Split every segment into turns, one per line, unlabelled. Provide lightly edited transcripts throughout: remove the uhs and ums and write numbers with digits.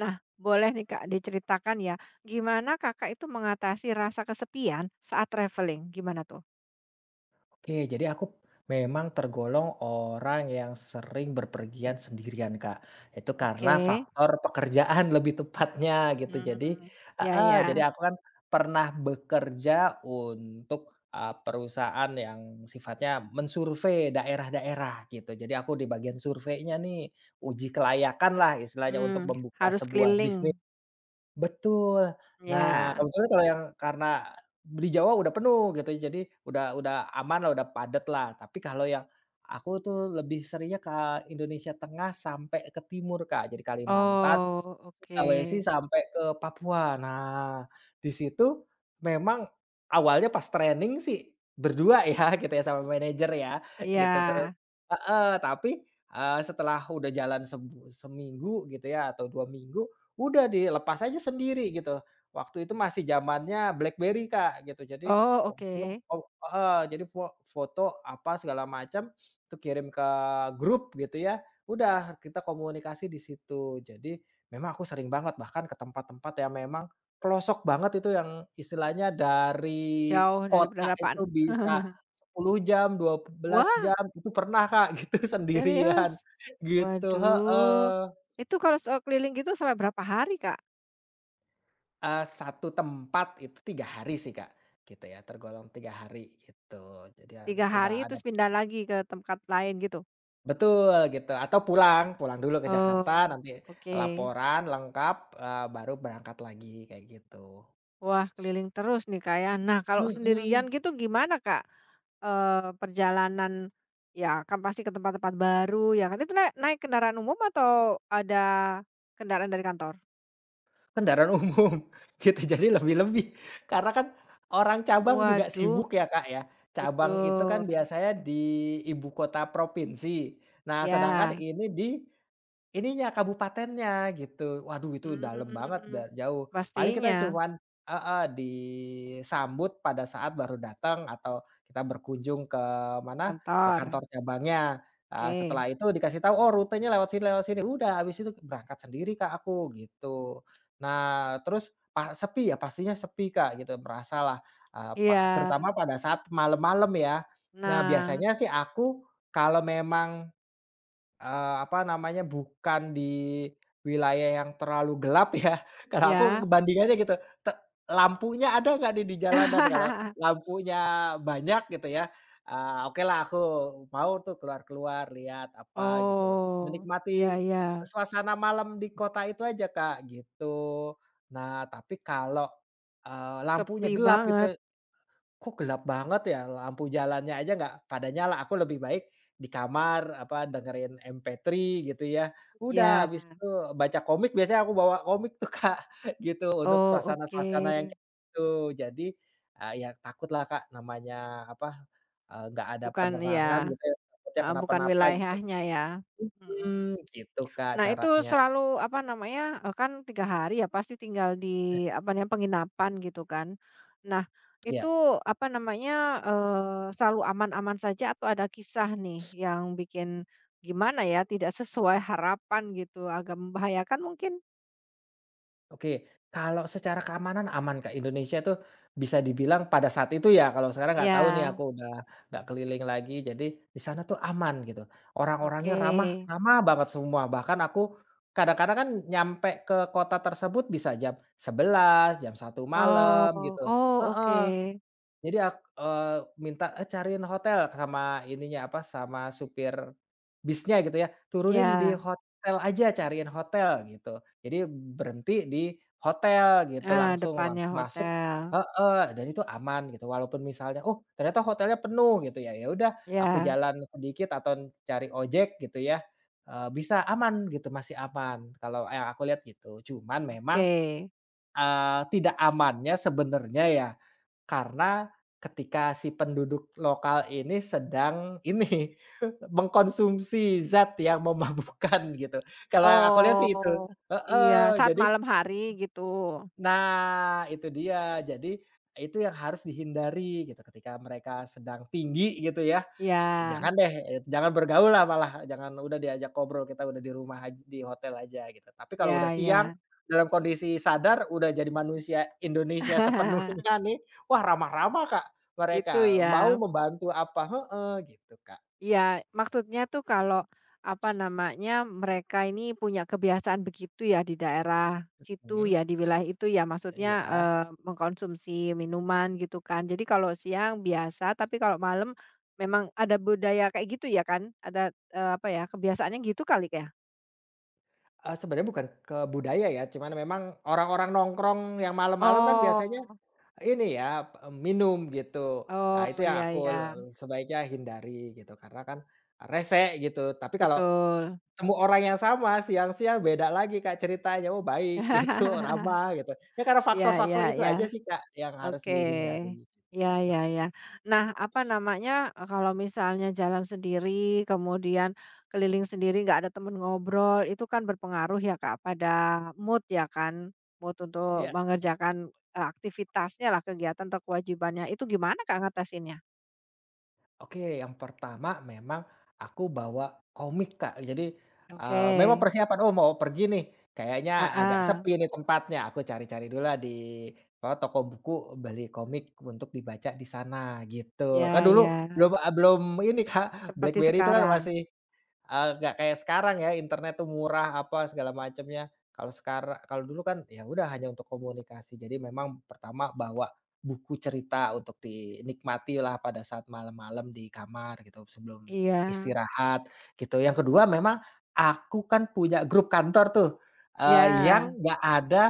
Nah, boleh nih Kak diceritakan ya, gimana Kakak itu mengatasi rasa kesepian saat traveling? Gimana tuh?
Oke, jadi aku memang tergolong orang yang sering berpergian sendirian, Kak. Itu karena
Oke.
faktor pekerjaan lebih tepatnya gitu. Jadi
Mmm, ya
heeh, jadi
ya.
aku kan pernah bekerja untuk, perusahaan yang sifatnya mensurvei daerah-daerah gitu. Jadi aku di bagian surveinya nih, uji kelayakan lah istilahnya untuk
Mmm,
membuka
harus
sebuah bisnis.
keliling,
Betul. Nah,
ya.
kebetulan kalau yang karena di Jawa udah penuh gitu, jadi udah aman lah, udah padat lah. Tapi kalau yang aku tuh lebih seringnya ke Indonesia Tengah sampai ke timur, Kak. Jadi Kalimantan,
Oh, oke.
Sulawesi sampai ke Papua. Nah, di situ memang awalnya pas training sih berdua ya gitu ya sama manajer ya,
Iya.
gitu. Terus heeh, tapi, setelah udah jalan seminggu gitu ya atau 2 minggu, udah dilepas aja sendiri gitu. Waktu itu masih zamannya BlackBerry, Kak, gitu. Jadi
Oh, oke.
oh, heeh, jadi foto apa segala macam itu kirim ke grup gitu ya, udah kita komunikasi di situ. Jadi memang aku sering banget bahkan ke tempat-tempat yang memang pelosok banget itu yang istilahnya dari
Jauh dari
kota itu
pedalaman.
bisa 10 jam, 12
Wah,
jam, itu pernah Kak gitu sendirian
serius?
gitu
Waduh.
heeh.
Itu kalau keliling gitu sampai berapa hari Kak?
1 tempat itu 3 hari sih Kak, gitu ya tergolong 3 hari gitu. Jadi ada
Tiga
udah
hari
ada
terus pindah lagi ke tempat lain gitu?
betul gitu atau pulang dulu ke Jakarta
Oh,
nanti
oke.
laporan lengkap, baru berangkat lagi kayak gitu.
Wah, keliling terus nih, Kak, ya. Nah, kalau
Mhm.
sendirian gitu gimana, Kak? Eee, perjalanan ya kan pasti ke tempat-tempat baru ya kan, itu naik naik kendaraan umum atau ada kendaraan dari kantor?
Kendaraan umum, gitu. Jadi lebih-lebih, karena kan orang cabang juga
Waduh,
sibuk ya, Kak, ya. Cabang itu kan
betul.
biasanya di ibu kota provinsi. Nah, sedangkan
Ya,
ini di ininya, kabupatennya gitu. Waduh itu dalam banget
mmm,
dan jauh. Paling kita
pastinya
cuman heeh, disambut pada saat baru datang atau kita berkunjung ke mana, ke
kantor,
kantor cabangnya. Eee,
oke.
setelah itu dikasih tahu, "Oh rutenya lewat sini lewat sini." Udah habis itu berangkat sendiri, Kak, aku gitu. Nah terus sepi ya, pastinya sepi, Kak, gitu. Berasalah, eee, pa
Iya.
terutama pada saat malam-malam ya. Nah
Nah,
biasanya sih aku kalau memang apa namanya, bukan di wilayah yang terlalu gelap ya, kalau aku
ya.
kebandingannya gitu, te lampunya ada nggak nih di jalanan? Kalau lampunya banyak gitu ya, ah, oke lah aku mau tuh keluar-keluar, lihat apa gitu,
Oh, iya
menikmati
iya,
suasana malam di kota itu aja Kak, gitu. Nah, tapi kalau, lampunya
sepi
gelap gitu.
banget,
Kok gelap banget ya, lampu jalannya aja nggak pada nyala, aku lebih baik di kamar, apa, dengerin MP3 gitu ya. Udah habis
ya.
itu baca komik, biasanya aku bawa komik tuh, Kak, gitu, untuk
Oh, oke.
suasana-suasana yang kayak gitu. Jadi, ya takut lah, Kak, namanya, apa, nggak ada
Bukan
penerangan
iya,
gitu ya, takutnya
heeh, bukan
kenapa-napa gitu.
wilayahnya ya, mhm.
Hmm gitu, Kak,
Nah itu
caranya.
selalu apa namanya, kan 3 hari ya pasti tinggal di apa namanya, penginapan gitu kan. Nah itu
Ya.
apa namanya, selalu aman-aman saja atau ada kisah nih yang bikin gimana ya, tidak sesuai harapan gitu agak membahayakan mungkin?
Oke, kalau secara keamanan aman, Kak. Indonesia tuh bisa dibilang pada saat itu ya, kalau sekarang nggak
Iya,
tahu nih aku udah nggak keliling lagi, jadi di sana tuh aman gitu. Orang-orangnya
oke.
ramah ramah banget semua, bahkan aku kadang-kadang kan nyampe ke kota tersebut bisa jam 11, jam 1 malam
Oh
gitu.
oh
Heeh.
oke.
Jadi aku minta, "Eh, cariin hotel," sama ininya, apa, sama supir bisnya gitu ya, "Turunin di
Iya,
hotel aja, cariin hotel," gitu. Jadi berhenti di hotel gitu,
heeh,
langsung
depannya
langsung masuk
hotel.
heeh, dan itu aman gitu. Walaupun misalnya, "Oh, ternyata hotelnya penuh," gitu ya, ya udah aku
Iya,
jalan sedikit atau cari ojek gitu ya, bisa aman gitu, masih aman kalau yang aku lihat gitu. Cuman
oke.
memang, tidak amannya sebenarnya ya karena ketika si penduduk lokal ini sedang ini, mengkonsumsi zat yang memabukkan gitu. Kalau yang aku lihat sih itu
Oh, iya,
heeh,
saat
jadi
malam hari gitu?
nah itu dia, jadi itu yang harus dihindari gitu ketika mereka sedang tinggi gitu ya. Jangan
Ya
deh, jangan bergaul lah malah, jangan udah diajak ngobrol, kita udah di rumah di hotel aja gitu. Tapi kalau udah
ya
siang,
ya.
dalam kondisi sadar, udah jadi manusia Indonesia sepenuhnya nih, wah ramah-ramah, Kak, mereka,
Itu
mau
ya.
membantu apa heeh, gitu, Kak.
Ya maksudnya tuh kalau, apa namanya, mereka ini punya kebiasaan begitu ya di daerah situ
Mhm,
ya, di wilayah itu ya, maksudnya,
iya.
mengkonsumsi minuman gitu kan. Jadi kalau siang biasa, tapi kalau malam memang ada budaya kayak gitu ya kan? Ada, apa ya, kebiasaannya gitu kali ya?
Sebenarnya bukan ke budaya ya, cuman memang orang-orang nongkrong yang malam-malam kan biasanya
Oh,
ini ya, minum gitu. Nah itu
oh,
yang
ya
aku
ya
sebaiknya hindari gitu, karena kan rese gitu. Tapi kalau
betul.
semua orang yang sama, siang-siang beda lagi Kak ceritanya, oh baik gitu, ramah gitu. Ya karena
Ya,
faktor-faktor
ya,
itu aja
ya.
sih Kak yang harus
Oke.
dihindari gitu.
Ya, ya, ya. Nah, apa namanya, kalau misalnya jalan sendiri, kemudian keliling sendiri, nggak ada temen ngobrol, itu kan berpengaruh ya, Kak, pada mood ya kan, mood untuk
Iya,
mengerjakan, aktivitasnya lah, kegiatan atau kewajibannya. Itu gimana, Kak, ngatasinnya?
oke, yang pertama memang aku bawa komik Kak, jadi,
Oke.
memang persiapan, oh mau pergi nih, kayaknya
Ah,
agak
ah.
sepi nih tempatnya, aku cari-cari dulu lah di, toko buku beli komik untuk dibaca di sana gitu. Kan
Ya,
dulu
ya.
belum ini Kak,
Seperti
BlackBerry itu kan
sekarang.
masih. Nggak kayak sekarang ya, internet tuh murah, apa segala macamnya. Kalau sekarang kalau dulu kan ya udah hanya untuk komunikasi. Jadi memang pertama bawa buku cerita untuk dinikmati lah pada saat malam-malam di kamar gitu, sebelum
Iya.
istirahat gitu. Yang kedua memang aku kan punya grup kantor tuh,
Iya.
yang nggak ada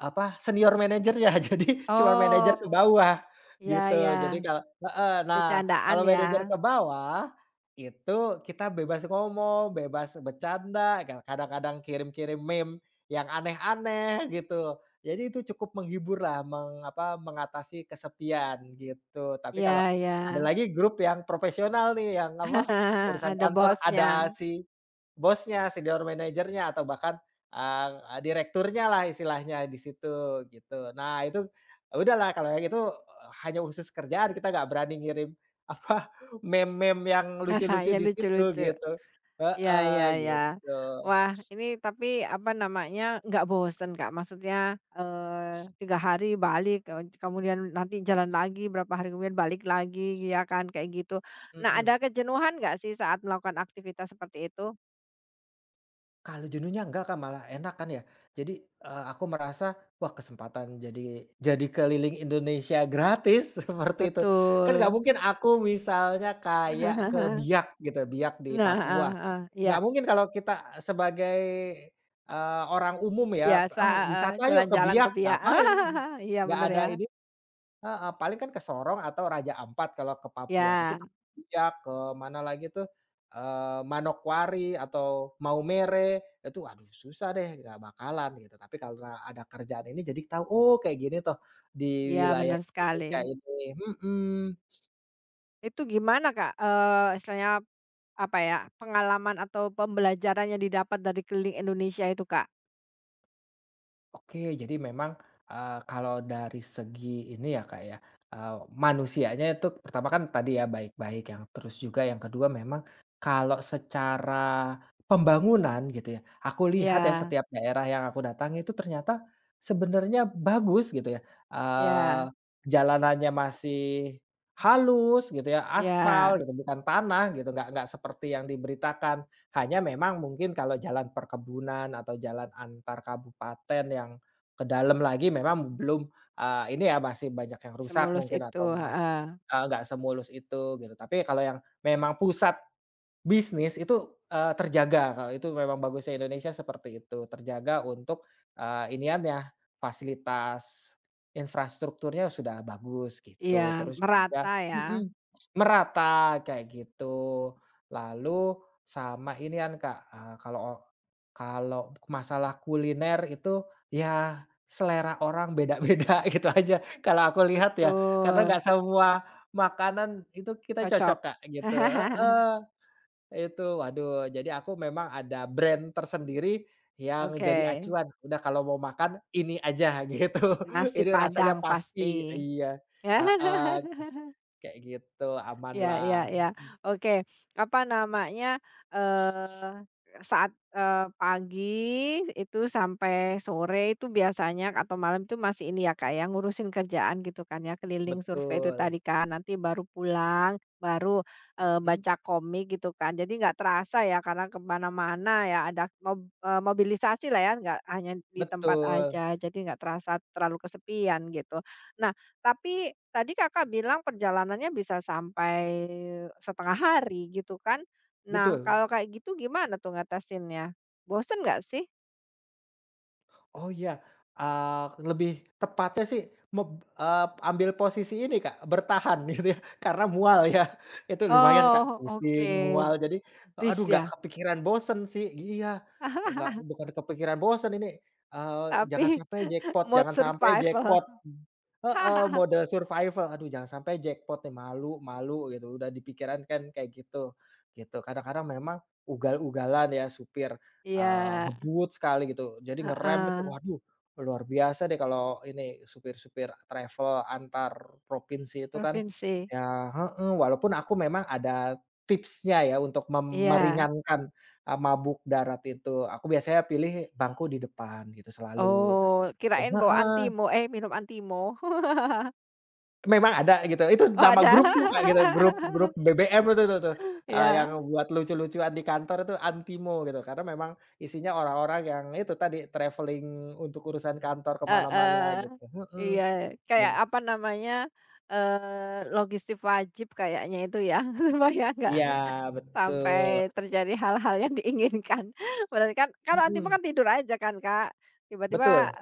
apa, senior manajernya, jadi cuma manajer ke
Oh.
bawah,
Ya,
gitu. Jadi
ya.
kalau heeh, nah,
Bercandaan
kalau manajer
ya?
ke bawah, itu kita bebas ngomong, bebas bercanda, kadang-kadang kirim-kirim meme yang aneh-aneh, gitu. Jadi itu cukup menghiburlah, apa, mengatasi kesepian, gitu. Tapi
Iya
kalau
iya.
ada lagi grup yang profesional nih, yang apa, urusan
Ada
kantor, ada
bosnya.
si bosnya, senior manajernya, atau bahkan, eee eee, direkturnyalah istilahnya di situ, gitu. Nah, itu udahlah kalau yang itu hanya khusus kerjaan, kita nggak berani ngirim, apa, meme-meme yang lucu-lucu
Yang
di situ,
lucu-lucu.
gitu.
Iya
Heeh,
iya iya.
gitu.
Wah, ini tapi apa namanya, nggak bosen, Kak? Maksudnya, 3 hari balik, kemudian nanti jalan lagi, berapa hari kemudian balik lagi, ya kan, kayak gitu. Nah,
Mhm.
ada kejenuhan nggak sih saat melakukan aktivitas seperti itu?
Kalau jenuhnya enggak Kak, malah enak kan ya. Jadi, aku merasa, wah kesempatan jadi keliling Indonesia gratis, seperti itu. Kan nggak
Betul.
mungkin aku misalnya kayak ke Biak gitu, Biak di
Nah,
Papua.
heeh heeh. Iya,
Nggak mungkin kalau kita sebagai, orang umum ya,
biasa,
"Oh
heeh,
wisata yuk ke
jalan-jalan ke
Biak,"
Biak
ngapain?
iya
Nggak
bener
ada
ya.
ini. Heeh, paling kan ke Sorong atau Raja Ampat kalau ke Papua, tapi
Ya,
ke Biak, ke mana lagi tuh, Manokwari atau Maumere, itu aduh susah deh, nggak bakalan gitu. Tapi karena ada kerjaan ini jadi tahu, oh kayak gini toh di
ya
wilayah
benar
Indonesia
sekali.
ini, mhm.
Itu gimana Kak, istilahnya apa ya, pengalaman atau pembelajaran yang didapat dari keliling Indonesia itu Kak?
Oke, jadi memang, kalau dari segi ini ya, Kak, ya, eee, manusianya itu pertama kan tadi ya baik-baik yang terus juga yang kedua memang kalau secara pembangunan gitu ya, aku
Iya,
lihat ya setiap daerah yang aku datangi itu ternyata sebenarnya bagus gitu ya, eee,
iya,
jalanannya masih halus gitu ya, aspal
iya,
gitu bukan tanah gitu, nggak seperti yang diberitakan. Hanya memang mungkin kalau jalan perkebunan atau jalan antar kabupaten yang ke dalam lagi memang belum, ini ya masih banyak yang rusak
semulus
mungkin
itu,
atau
heeh.
nggak semulus itu gitu. Tapi kalau yang memang pusat bisnis itu, terjaga, kalau itu memang bagusnya Indonesia seperti itu, terjaga untuk, iniannya, fasilitas infrastrukturnya sudah bagus
Iya,
gitu, terus juga
merata ya,
merata kayak gitu. Lalu sama inian Kak, kalau kalau masalah kuliner itu ya selera orang beda-beda gitu aja kalau aku lihat ya, karena
betul,
nggak semua makanan itu kita cocok
cocok.
Kak, gitu heeh. Itu, waduh, jadi aku memang ada brand tersendiri yang
Oke,
jadi acuan, udah kalau mau makan ini aja gitu,
nasi
ini rasanya
Padang
pasti,
pasti.
iya, heeh, kayak gitu, aman
Ya, ya,
lah,
ya. Oke, apa namanya, eee, saat, pagi itu sampai sore itu biasanya atau malam itu masih ini ya, kayak ngurusin kerjaan gitu kan ya, keliling survei itu
betul,
tadi kan, nanti baru pulang, baru,
mhm,
baca komik gitu kan. Jadi nggak terasa ya karena kemana mana ya ada mobilisasi lah ya, nggak hanya di tempat
betul
aja, jadi nggak terasa terlalu kesepian gitu. Nah tapi tadi Kakak bilang perjalanannya bisa sampai setengah hari gitu kan. Nah
betul.
kalau kayak gitu gimana tuh ngatasinnya? Bosen nggak sih?
Oh iya, eee, lebih tepatnya sih meb eee, ambil posisi ini Kak, bertahan gitu ya, karena mual ya. Itu lumayan Kak,
Oh
pusing,
oke,
mual, jadi, aduh
bis
nggak
ya?
kepikiran bosen sih iya, nggak bukan kepikiran bosen ini, eee, jangan
Tapi
sampai jackpot
mode
jangan sampai
survival.
jackpot. Heeh, mode survival, aduh jangan sampai jackpot nih, malu malu gitu, udah di pikiran kan kayak gitu, gitu. Kadang-kadang memang ugal-ugalan ya supir,
Iya,
ngebut sekali gitu, jadi ngerem itu
heeh,
waduh luar biasa deh kalau ini supir-supir travel antar provinsi itu kan
provinsi.
ya heeh, walaupun aku memang ada tipsnya ya untuk
Iya.
meringankan, mabuk darat itu, aku biasanya pilih bangku di depan gitu selalu.
Oh kirain bawa antimo, eh minum antimo.
Memang ada gitu, itu
Oh
nama
ada?
grupku tuh Kak gitu, grup grup BBM itu tuh tuh,
Iya.
yang buat lucu-lucuan di kantor itu Antimo gitu, karena memang isinya orang-orang yang itu tadi, travelling untuk urusan kantor ke mana-mana
Heeh.
gitu, mhm,
Iya,
dan
kayak apa namanya, logistik wajib kayaknya itu ya, supaya nggak
iya betul,
sampai terjadi hal-hal yang diinginkan. Berarti kan kalau anti
mhm,
kan tidur aja kan, Kak, tiba-tiba,
betul,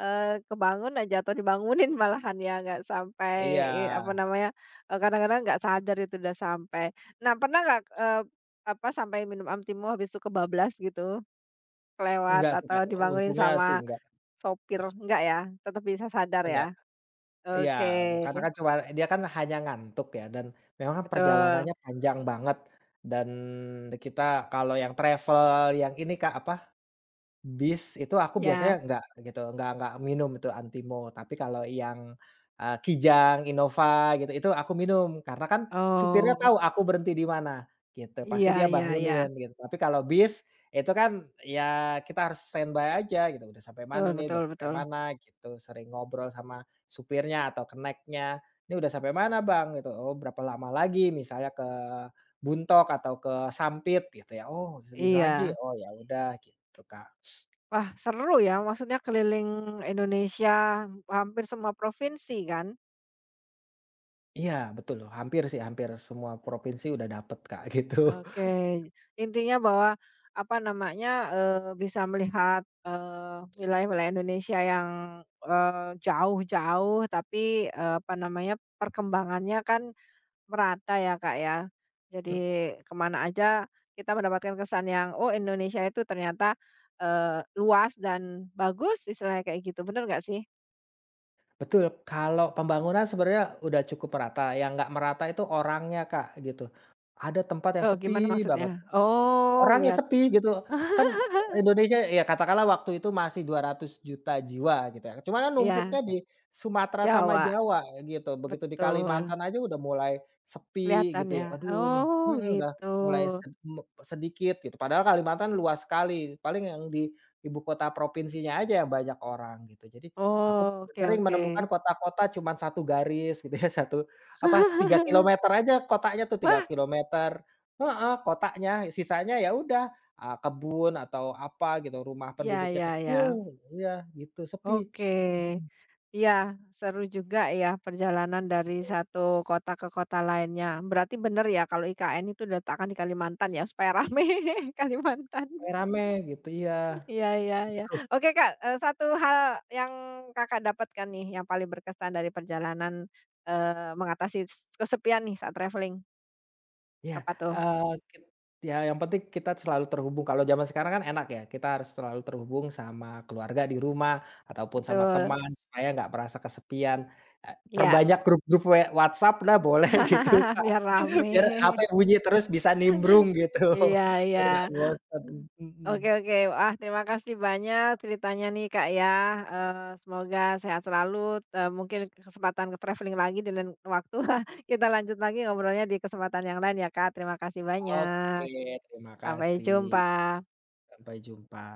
kebangun aja atau dibangunin malahan ya, nggak sampai,
iya.
apa namanya, kadang-kadang nggak sadar itu udah sampai. Nah, pernah nggak, apa, sampai minum anti habis itu kebablas gitu, kelewat
Enggak sih
atau
Kak,
dibangunin
untungnya sih
sama sopir enggak ya? Tetap bisa sadar ya?
enggak, iya,
Oke,
karena kan cuma dia kan hanya ngantuk ya dan memang kan perjalanannya
betul.
panjang banget dan kita kalau yang travel yang ini Kak, apa, bis itu aku biasanya
Ya.
nggak gitu, nggak minum itu Antimo, tapi kalau yang, Kijang, Innova gitu, itu aku minum karena kan supirnya tahu
Oh,
aku berhenti di mana gitu, pasti
iya
dia
iya iya.
bangunin gitu. Tapi kalau bis itu kan ya kita harus standby aja gitu, udah sampai mana
Betul
nih, udah
betul
sampai
betul.
mana gitu, sering ngobrol sama supirnya atau keneknya, "Ini udah sampai mana Bang?" Gitu, "Oh berapa lama lagi?" Misalnya ke Buntok atau ke Sampit gitu ya, "Oh segini lagi."
Iya.
"Oh ya udah," gitu Kak.
Wah, seru ya maksudnya keliling Indonesia hampir semua provinsi kan?
Iya betul loh, hampir sih, hampir semua provinsi udah dapet Kak, gitu.
Oke, intinya bahwa, apa namanya, bisa melihat, wilayah-wilayah Indonesia yang, jauh-jauh tapi, apa namanya, perkembangannya kan merata ya, Kak, ya.
Mhm,
Jadi kemana aja kita mendapatkan kesan yang, oh Indonesia itu ternyata, luas dan bagus istilahnya kayak gitu, bener nggak sih?
betul, kalau pembangunan sebenarnya udah cukup merata, yang nggak merata itu orangnya Kak, gitu. Ada tempat yang
Oh gimana
sepi
maksudnya?
banget.
Oh
Orangnya
iya.
sepi gitu, kan Indonesia ya katakanlah waktu itu masih 200 juta jiwa gitu ya, cuma kan numpuknya
Iya,
di Sumatera sama
Jawa,
Jawa gitu, begitu di
betul.
Kalimantan aja udah mulai sepi
Kelihatan
gitu ya,
ya?
aduh nih
Oh
udah
begitu.
mulai sedikit gitu, padahal Kalimantan luas sekali, paling yang di ibu kota provinsinya aja yang banyak orang gitu. Jadi aku
Oh, oke
sering
oke.
menemukan kota-kota cuman satu garis gitu ya, satu apa, 3 kilometer aja kotanya tuh, tiga
Wah,
kilometer Heeh, kotanya, sisanya ya udah, kebun atau apa gitu, rumah
ya
penduduknya
ya ya.
kecil iya, gitu, sepi.
Oke.
Mhm,
Iya, seru juga ya perjalanan dari satu kota ke kota lainnya. Berarti bener ya kalau IKN itu diletakkan di Kalimantan ya, supaya rame Kalimantan.
supaya rame gitu, iya,
Iya iya iya.
gitu.
Oke Kak, satu hal yang Kakak dapatkan nih yang paling berkesan dari perjalanan, mengatasi kesepian nih saat traveling,
Iya,
apa tuh?
eee, kit ya yang penting kita selalu terhubung, kalau zaman sekarang kan enak ya, kita harus selalu terhubung sama keluarga di rumah, ataupun sama
Betul,
teman supaya nggak merasa kesepian,
iya.
perbanyak grup-grup WhatsApp lah boleh gitu, Kak,
Biar
biar HP
rame.
bunyi terus bisa nimbrung gitu,
Iya iya.
biar nggak bosen,
Mmm.
mhm.
Oke oke. Wah, terima kasih banyak ceritanya nih, Kak, ya, semoga sehat selalu, mungkin kesempatan ke traveling lagi di lain waktu kita lanjut lagi ngobrolnya di kesempatan yang lain ya, Kak. Terima kasih banyak.
Oke, terima
Sampai
kasih.
jumpa.
Sampai jumpa.